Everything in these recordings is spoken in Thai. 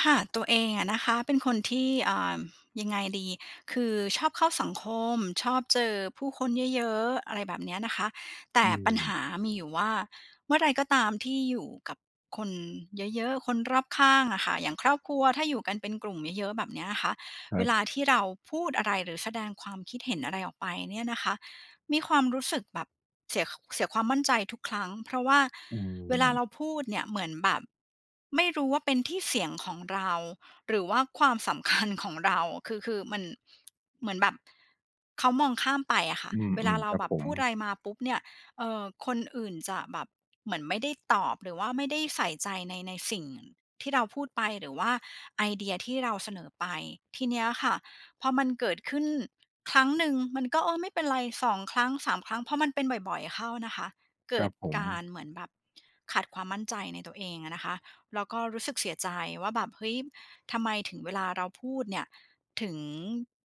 ค่ะตัวเองอะนะคะเป็นคนที่ยังไงดีคือชอบเข้าสังคมชอบเจอผู้คนเยอะๆอะไรแบบเนี้ยนะคะแต่อืปัญหามมีอยู่ว่าเมื่อไรก็ตามที่อยู่กับคนเยอะๆคนรอบข้างอะค่ะอย่างครอบครัวถ้าอยู่กันเป็นกลุ่มเยอะๆแบบเนี้ยนะคะคเวรัลาบที่เราพูดอะไรหรือแสดงความคิดเห็นอะไรออกไปเนี่ยนะคะ มีความรู้สึกแบบเสียเสียความมั่นใจทุกครั้งเพราะว่าอืเวลาเรามพูดเนี่ยเหมือนแบบไม่รู้ว่าเป็นที่เสียงของเราหรือว่าความสำคัญของเราคือมันเหมือนแบบเขามองข้ามไปอะค่ะอืเวลามๆเราครับแบบผมพูดอะไรมาปุ๊บเนี่ยคนอื่นจะแบบเหมือนไม่ได้ตอบหรือว่าไม่ได้ใส่ใจในสิ่งที่เราพูดไปหรือว่าไอเดียที่เราเสนอไปทีเนี้ยค่ะพอมันเกิดขึ้น ครั้งหนึ่งมันก็เออไม่เป็นไรสองครั้งสามครั้งเพราะมันเป็นบ่อยๆเข้านะคะคเกิรัดบผมการเหมือนแบบขาดความมั่นใจในตัวเองอะนะคะแล้วก็รู้สึกเสียใจว่าแบบเฮ้ยทำไมถึงเวลาเราพูดเนี่ยถึง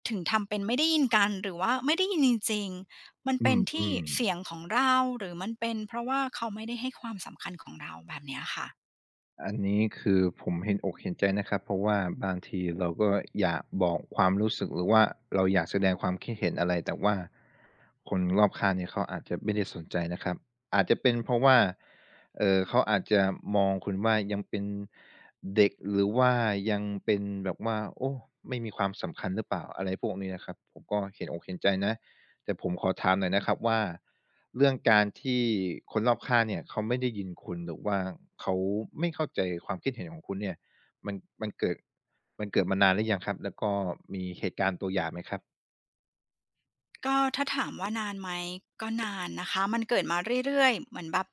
ถึงทำเป็นไม่ได้ยินกันหรือว่าไม่ได้ยินจริงๆมันอืเป็นที่มเสียงขอๆงเราหรือมันเป็นเพราะว่าเขาไม่ได้ให้ความสำคัญของเราแบบเนี้ยค่ะ อันนี้คือผมเห็นอกเห็นใจนะครับเพราะว่าบางทีเราก็อยากบอกความรู้สึกหรือว่าเราอยากแสดงความคิดเห็นอะไรแต่ว่าคนรอบข้างเนี่ยเขาอาจจะไม่ได้สนใจนะครับอาจจะเป็นเพราะว่าเขาอาจจะมองคุณว่ายังเป็นเด็กหรือว่ายังเป็นแบบว่าโอ้ไม่มีความสำคัญหรือเปล่าอะไรพวกนี้นะครับผมก็เห็นอกเห็นใจนะ แต่ผมขอถามหน่อยนะครับว่าเรื่องการที่คนรอบข้างเนี่ยเขาไม่ได้ยินคุณหรือว่าเขาไม่เข้าใจความคิดเห็นของคุณเนี่ยมันมันเกิดมันเกิดมานานหรือยังครับแล้วก็มีเหตุการณ์ตัวอย่างไหมครับก็ถ้าถามว่านานไหมก็นานนะคะมันเกิดมาเรื่อยๆเหมือนแบบ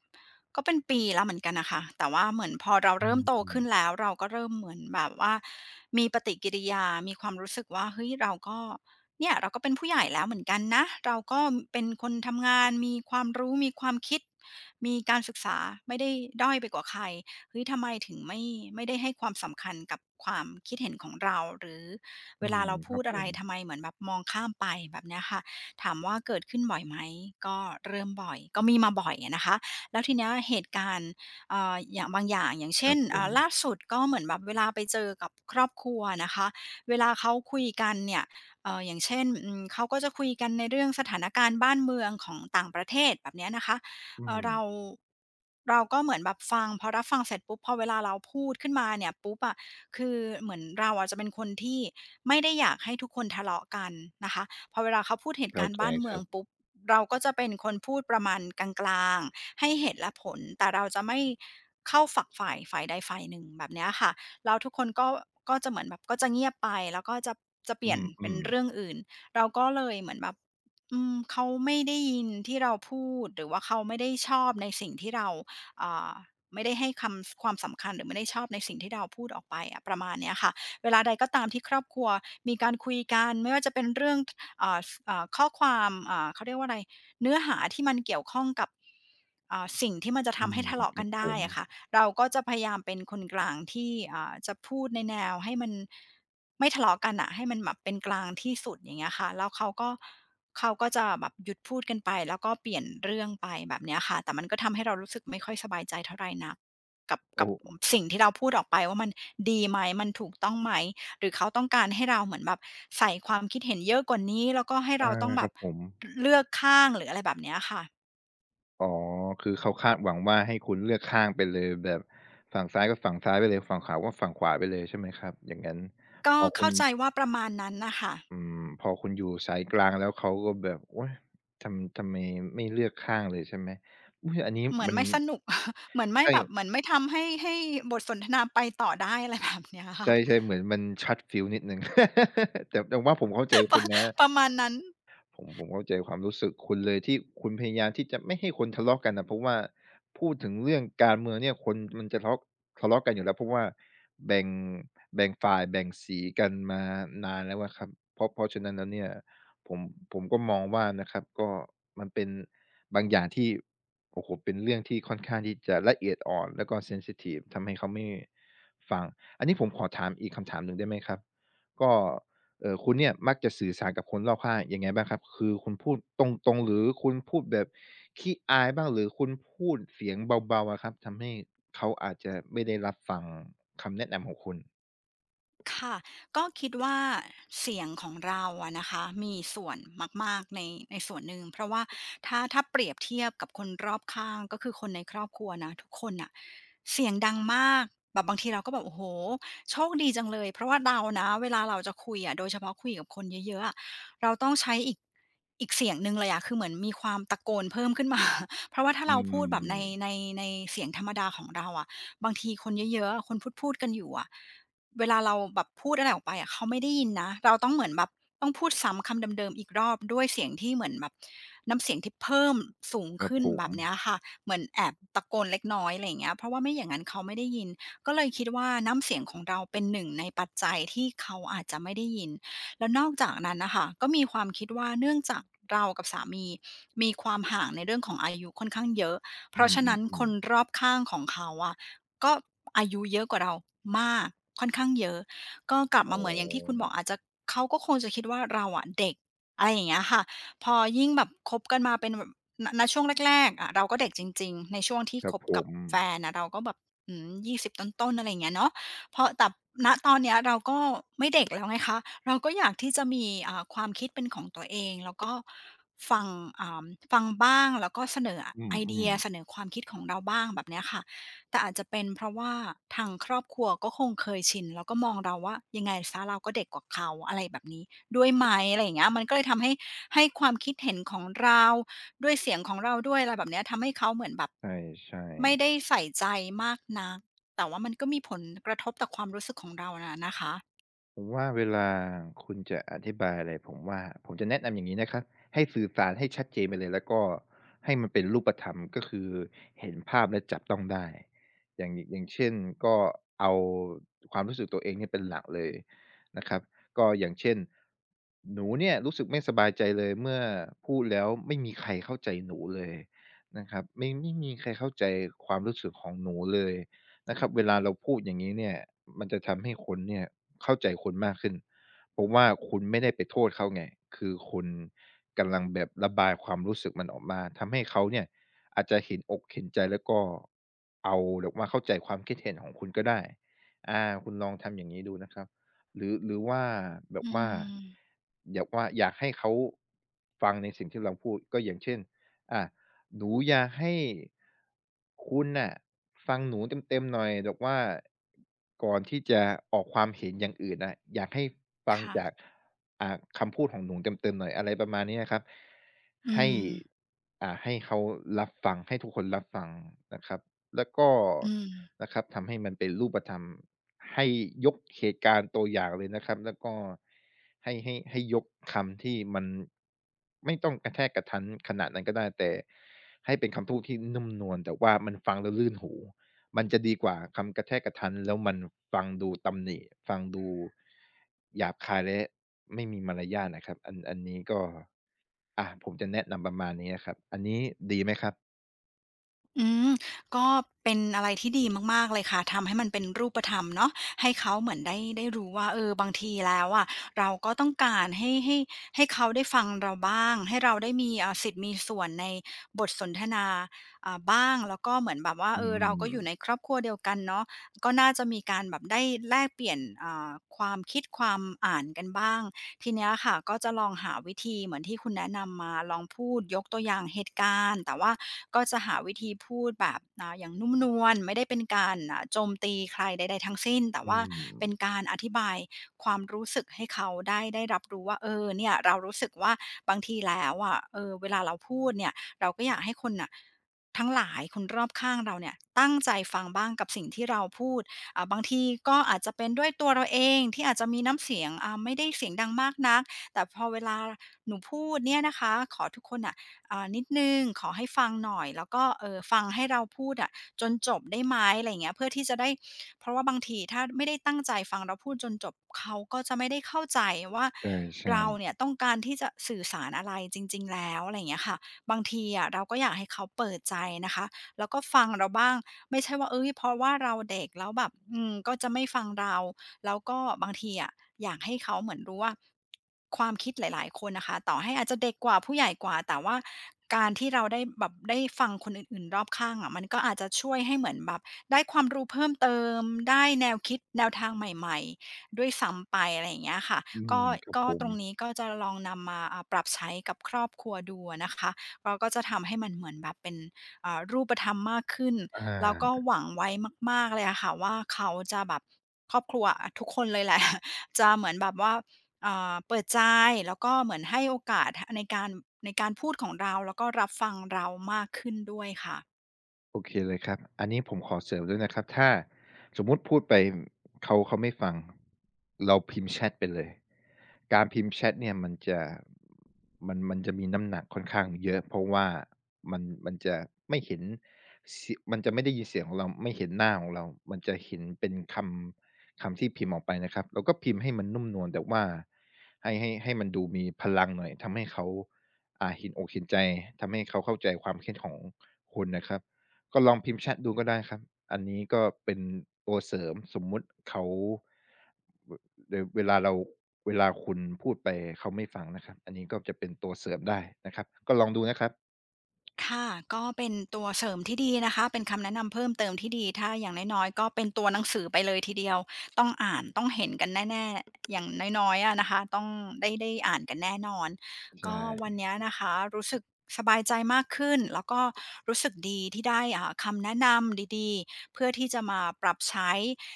ก็เป็นปีแล้วเหมือนกันน่ะค่ะแต่ว่าเหมือนพอเราอืเริ่มโตมขึ้นแล้วเราก็เริ่มเหมือนแบบว่ามีปฏิกิริยามีความรู้สึกว่าเฮ้ยเราก็เนี่ยเราก็เป็นผู้ใหญ่แล้วเหมือนกันนะเราก็เป็นคนทำงานมีความรู้มีความคิดมีการศึกษาไม่ได้ด้อยไปกว่าใครเฮ้ยทำไมถึงไม่ได้ให้ความสำคัญกับความคิดเห็นของเราหรือเวอืลามเราคพูรัดบผอะไรมทำไมเหมือนแบบมองข้ามไปแบบเนี้ยค่ะ ถามว่าเกิดขึ้นบ่อยไหมก็เริ่มบ่อยก็มีมาบ่อยอะนะคะแล้วทีเนี้ยเหตุการณ์อย่างบางอย่างอย่างคเช่รันบผมล่าสุดก็เหมือนแบบเวลาไปเจอกับครอบครัวนะคะเวลาเขาคุยกันเนี่ยอย่างเช่นอืมเขาก็จะคุยกันในเรื่องสถานการณ์บ้านเมืองของต่างประเทศแบบเนี้ยนะคะอืเอ่อมเราเราก็เหมือนแบบฟังพอรับฟังเสร็จปุ๊บพอเวลาเราพูดขึ้นมาเนี่ยปุ๊บอะคือเหมือนเราอะจะเป็นคนที่ไม่ได้อยากให้ทุกคนทะเลาะกันนะคะ พอเวลาเขาพูดเหตุกาเข้ารณ์ใจบ้านคเมือรังบปุ๊บเราก็จะเป็นคนพูดประมาณกลางๆให้เหตุและผลแต่เราจะไม่เข้าฝักฝ่ายใดฝ่ายหนึ่งแบบเนี้ยค่ะแล้วทุกคนก็จะเหมือนแบบก็จะเงียบไปแล้วก็จะเปอืลี่ยนเป็นมเรื่อๆงอื่นเราก็เลยเหมือนแบบอืมเขาไม่ได้ยินที่เราพูดหรือว่าเขาไม่ได้ชอบในสิ่งที่เราอ่าไม่ได้ให้คำความสำคัญหรือไม่ได้ชอบในสิ่งที่เราพูดออกไปอะประมาณเนี้ยค่ะเวลาใดก็ตามที่ครอบครัวมีการคุยกันไม่ว่าจะเป็นเรื่อง อ่าอ่าข้อความเขาเรียกว่าอะไรเนื้อหาที่มันเกี่ยวข้องกับสิ่งที่มันจะอืทำให้มทะเลาะคกัรันบผได้มอะค่ะเราก็จะพยายามเป็นคนกลางที่จะพูดในแนวให้มันไม่ทะเลาะกันอ่ะให้มันแบบเป็นกลางที่สุดอย่างเงี้ยค่ะแล้วเขาก็จะแบบหยุดพูดกันไปแล้วก็เปลี่ยนเรื่องไปแบบเนี้ยค่ะแต่มันก็ทำให้เรารู้สึกไม่ค่อยสบายใจเท่าไหรนักกับโอกับ้สิ่งที่เราพูดออกไปว่ามันดีไหมมันถูกต้องไหม หรือเขาต้องการให้เราเหมือนแบบใส่ความคิดเห็นเยอะกว่านี้แล้วก็ให้เราอาต้องคแบบรับผม เลือกข้างหรืออะไรแบบเนี้ยค่ะอ๋อคือเขาคาดหวังว่าให้คุณเลือกข้างไปเลยแบบฝั่งซ้ายก็ฝั่งซ้ายไปเลยฝั่งขวาก็ฝั่งขวาไปเลยใช่ไหมครับอย่างงั้นก็พอคุเข้าณใจว่าประมาณนั้นน่ะค่ะอืมพอคุณอยู่สายกลางแล้วเขาก็แบบโอ๊ยทำไมไม่เลือกข้างเลยใช่ไหมอุ๊ยอันนี้เหมือนมันไม่สนุก เหมือนไม่ใช่แบบเหมือนไม่ทำให้บทสนทนาไปต่อได้อะไรแบบเนี้ยใชค่ะ่ๆเหมือนมันช็อตฟิวส์นิดหนึ่ง แต่ว่าผมเข้าใจคุณนะ ประมาณนั้น ผมเข้าใจความรู้สึกคุณเลยที่คุณพยายามที่จะไม่ให้คนทะเลาะกันนะเพราะว่าพูดถึงเรื่องการเมืองเนี่ยคนมันจะทะเลาะกันอยู่แล้วเพราะว่าแบ่งแบ่งฝ่ายแบ่งสีกันมานานแล้วอะครับเพราะฉะนั้นแล้วเนี่ยผมผมก็มองว่านะครับก็มันเป็นบางอย่างที่โอ้โฮเป็นเรื่องที่ค่อนข้างที่จะละเอียดอ่อนแล้วก็เซนซิทิฟทำให้เขาไม่ฟังอันนี้ผมขอถามอีกคำถามหนึ่งได้ไหมครับก็ คุณเนี่ยมักจะสื่อสารกับคนรอบข้างยังไงบ้างครับคือคุณพูดตรงๆหรือคุณพูดแบบขี้อายบ้างหรือคุณพูดเสียงเบาๆอะครับทำให้เขาอาจจะไม่ได้รับฟังคำแนะนำของคุณค่ะก็คิดว่าเสียงของเราอะนะคะมีส่วนมากๆในส่วนหนึ่งเพราะว่าถ้าเปรียบเทียบกับคนรอบข้างก็คือคนในครอบครัวนะทุกคนน่ะเสียงดังมากแบบบางทีเราก็แบบโอ้โฮโชคดีจังเลยเพราะว่าเรานะเวลาเราจะคุยอะโดยเฉพาะคุยกับคนเยอะๆอะเราต้องใช้อีกเสียงหนึ่งเลยอะคือเหมือนมีความตะโกนเพิ่มขึ้นมา เพราะว่าถ้าอืเราพูดแบบในมในในเสียงธรรมดาของเราอะบางทีคนเยอะๆคนพูดๆกันอยู่อะ เวลาเราแบบพูดอะไรออกไปอะเขาไม่ได้ยินนะเราต้องเหมือนแบบต้องพูดซ้ำคำเดิมๆอีกรอบด้วยเสียงที่เหมือนแบบน้ำเสียงที่เพิ่มสูงครับขึ้นผแบมบเนี้ยค่ะเหมือนแอบตะโกนเล็กน้อยอะไรอย่างเงี้ยเพราะว่าไม่อย่างนั้นเขาไม่ได้ยินก็เลยคิดว่าน้ำเสียงของเราเป็นหนึ่งในปัจจัยที่เขาอาจจะไม่ได้ยินแล้วนอกจากนั้นน่ะค่ะก็มีความคิดว่าเนื่องจากเรากับสามีมีความห่างในเรื่องของอายุค่อนข้างเยอะเพอืราะฉะนั้นคมนๆรๆอบข้างของเขาอะ ก็อายุเยอะกว่าเรามากค่อนข้างเยอะก็กลับอ๋มาเหมือนอย่างที่คุณบออกอาจจะเขาก็คงจะคิดว่าเราอะเด็กอะไรอย่างเงี้ยค่ะพอยิ่งแบบคบกันมาเป็นแบบณช่วงแรกๆอะเราก็เด็กจริงๆในช่วงที่ครัคบบผกับมแฟนอะเราก็แบบอืม20ต้นๆอะไรอย่างเงี้ยเนาะพอแต่ณตอนเนี้ยเราก็ไม่เด็กแล้วไงคะเราก็อยากที่จะมีความคิดเป็นของตัวเองแล้วก็ฟังอ่าฟังบ้างแล้วก็เสนออืไอเดียมเสนอความคิดของเราบ้างแบบเนี้ยค่ะ แต่อาจจะเป็นเพราะว่าทางครอบครัวก็คงเคยชินแล้วก็มองเราว่ายังไงเสียเราก็เด็กกว่าเขาอะไรแบบนี้ด้วยไหมอะไรอย่างเงี้ยมันก็เลยทำให้ความคิดเห็นของเราด้วยเสียงของเราด้วยอะไรแบบเนี้ยทำให้เขาเหมือนแบบๆใช่ไม่ได้ๆ ใส่ใจมากนักแต่ว่ามันก็มีผลกระทบต่อความรู้สึกของเราน่ะนะคะผมว่าเวลาคุณจะอธิบายอะไรผมว่าผมจะแนะนำอย่างนี้นะครับให้สื่อสารให้ชัดเจนไปเลยแล้วก็ให้มันเป็นรูปธรรมก็คือเห็นภาพและจับต้องได้อย่างเช่นก็เอาความรู้สึกตัวเองเนี่ยเป็นหลักเลยนะครับก็อย่างเช่นหนูเนี่ยรู้สึกไม่สบายใจเลยเมื่อพูดแล้วไม่มีใครเข้าใจหนูเลยนะครับไม่มีใครเข้าใจความรู้สึกของหนูเลย นะครับเวลาเราพูดอย่างนี้เนี่ยมันจะทำให้คนเนี่ยเข้าใจคุณมากขึ้นเพราะว่าคุณไม่ได้ไปโทษเขาไงคือคุณกำลังแบบระบายความรู้สึกมันออกมาทำให้เขาเนี่ยอาจจะเห็นอกเห็นใจแล้วก็เอาแบบว่าเข้าใจความคิดเห็นของคุณก็ได้คุณลองทำอย่างนี้ดูนะครับหรือว่าแบบอืว่ามอยากให้เขาฟังในสิ่งที่เราพูดก็อย่างเช่นอา หนูอยากให้คุณน่ะฟังหนูเต็มๆหน่อยแบบว่าก่อนที่จะออกความเห็นอย่างอื่นน่ะอยากให้ฟังค่ะจากอ่าคำพูดของหนูเต็มๆหน่อยอะไรประมาณนี้อะครับอืให้มให้เขารับฟังให้ทุกคนรับฟังนะครับ แล้วก็อืม นะครับทำให้มันเป็นรูปธรรมให้ยกเหตุการณ์ตัวอย่างเลยนะครับแล้วก็ให้ยกคำที่มันไม่ต้องกระแทกกระทันขนาดนั้นก็ได้แต่ให้เป็นคำพูดที่นุ่มนวลแต่ว่ามันฟังแล้วลื่นหูมันจะดีกว่าคำกระแทกกระทันแล้วมันฟังดูตำหนิฟังดูหยาบคายและไม่มีมารยาทนะครับอันนี้ก็อะผมจะแนะนำประมาณนี้นะครับอันนี้ดีไหมครับอืมก็เป็นอะไรที่ดีมากๆเลยค่ะทำให้มันเป็นรูปธรรมเนาะให้เขาเหมือนได้รู้ว่าเออบางทีแล้วอะเราก็ต้องการให้เขาได้ฟังเราบ้างให้เราได้มีสิทธิ์มีส่วนในบทสนทนาบ้างแล้วก็เหมือนแบบว่าอืเออเราก็มอยู่ในครอบครัวเดียวกันเนาะ ก็น่าจะมีการแบบได้แลกเปลี่ยนความคิดความอ่านกันบ้างทีเนี้ยค่ะก็จะลองหาวิธีเหมือนที่คุณแนะนำมาลองพูดยกตัวอย่างเหตุการณ์แต่ว่าก็จะหาวิธีพูดแบบอย่างนุ่มนวลไม่ได้เป็นการโจมตีใครใดๆทั้งสิ้นแต่อืว่าเป็นม การอธิบายความรู้สึกให้เขาได้รับรู้ว่าเออเนี่ยเรารู้สึกว่าบางทีแล้วอะเออเวลาเราพูดเนี่ยเราก็อยากให้คนน่ะ ทั้งหลายคนรอบข้างเราเนี่ยตั้งใจฟังบ้างกับสิ่งที่เราพูด บางทีก็อาจจะเป็นด้วยตัวเราเองที่อาจจะมีน้ำเสียงไม่ได้เสียงดังมากนักแต่พอเวลาหนูพูดเนี่ยนะคะขอทุกคนน่ะนิดนึงขอให้ฟังหน่อยแล้วก็เออฟังให้เราพูดอะจนจบได้ไหมอะไรอย่างเงี้ยเพื่อที่จะได้เพราะว่าบางทีถ้าไม่ได้ตั้งใจฟังเราพูดจนจบเขาก็จะไม่ได้เข้าใจว่าใช่เราเนี่ยต้องการที่จะสื่อสารอะไรจริงๆแล้วอะไรอย่างเงี้ยค่ะ บางทีอะเราก็อยากให้เขาเปิดใจนะคะแล้วก็ฟังเราบ้างไม่ใช่ว่าเอ้ยเพราะว่าเราเด็กแล้วแบบอืมก็จะไม่ฟังเราแล้วก็บางทีอะอยากให้เขาเหมือนรู้ว่าความคิดหลายๆคนน่ะค่ะต่อให้อาจจะเด็กกว่าผู้ใหญ่กว่าแต่ว่าการที่เราได้แบบได้ฟังคนอื่นๆรอบข้างอะมันก็อาจจะช่วยให้เหมือนแบบได้ความรู้เพิ่มเติมได้แนวคิดแนวทางใหม่ๆด้วยซ้ำไปอะไรอย่างเงี้ยค่ะๆอืมก็ครับก็ผตมรงนี้ก็จะลองนำมาปรับใช้กับครอบครัวดูอะนะคะ เราก็จะทำให้มันเหมือนแบบเป็นรูปธรรมมากขึ้นอแล้วก็า หวังไว้มากๆเลยอะค่ะว่าเขาจะแบบครอบครัวอะทุกคนเลยแหละ จะเหมือนแบบว่าเปิดใจแล้วก็เหมือนให้โอกาสหในการพูดของเราแล้วก็รับฟังเรามากขึ้นด้วยค่ะ โอเคเลยครับอันนี้ผมขอเสริมด้วยนะครับถ้าสมมุติพูดไปเขาไม่ฟังเราพิมพ์แชทไปเลยการพิมพ์แชทเนี่ยมันจะมีน้ำหนักค่อนข้างเยอะเพราะว่ามันจะไม่เห็นเสียมันจะไม่ได้ยินเสียงของเราไม่เห็นหน้าของเรา มันจะเห็นเป็นคำที่พิมพ์ออกไปนะครับเราก็พิมพ์ให้มันนุ่มนวลแต่ว่าให้มันดูมีพลังหน่อยทำให้เขาเห็นอกเห็นใจทำให้เขาเข้าใจความคิดของคุณนะครับ ก็ลองพิมพ์แชตดูก็ได้ครับอันนี้ก็เป็นตัวเสริมสมมุติเขาวเดเวลาเราเวลาคุณพูดไปเขาไม่ฟังนะครับอันนี้ก็จะเป็นตัวเสริมได้นะครับก็ลองดูนะครับค่ะก็เป็นตัวเสริมที่ดีนะคะเป็นคำแนะนำเพิ่มเติมที่ดีถ้าอย่างน้อยๆก็เป็นตัวหนังสือไปเลยทีเดียวต้องอ่านต้องเห็นกันแน่ๆอย่างน้อยๆอะนะคะต้องได้อ่านกันแน่นอนใชก็วัน่เนี้ยนะคะรู้สึกสบายใจมากขึ้นแล้วก็รู้สึกดีที่ได้คำแนะนำดีๆเพื่อที่จะมาปรับใช้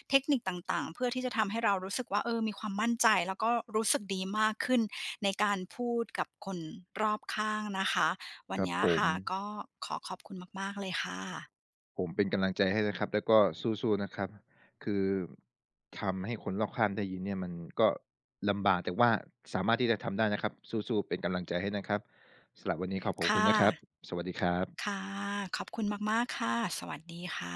เทคนิคต่างๆเพื่อที่จะทำให้เรารู้สึกว่าเออมีความมั่นใจแล้วก็รู้สึกดีมากขึ้นในการพูดกับคนรอบข้างนะคะ วัคนรับเนี้ยผมค่ะก็ขอขอบคุณมากๆเลยค่ะผมเป็นกำลังใจให้นะครับแล้วก็สู้ๆนะครับคือทำให้คนรอบข้างได้ยินเนี่ยมันก็ลำบากแต่ว่าสามารถที่จะทำได้นะครับสู้ๆเป็นกำลังใจให้นะครับสำหรับวันนี้ขอขอบค่คุณนะครับะ สวัสดีครับค่ะ ขอบคุณมากๆค่ะ สวัสดีค่ะ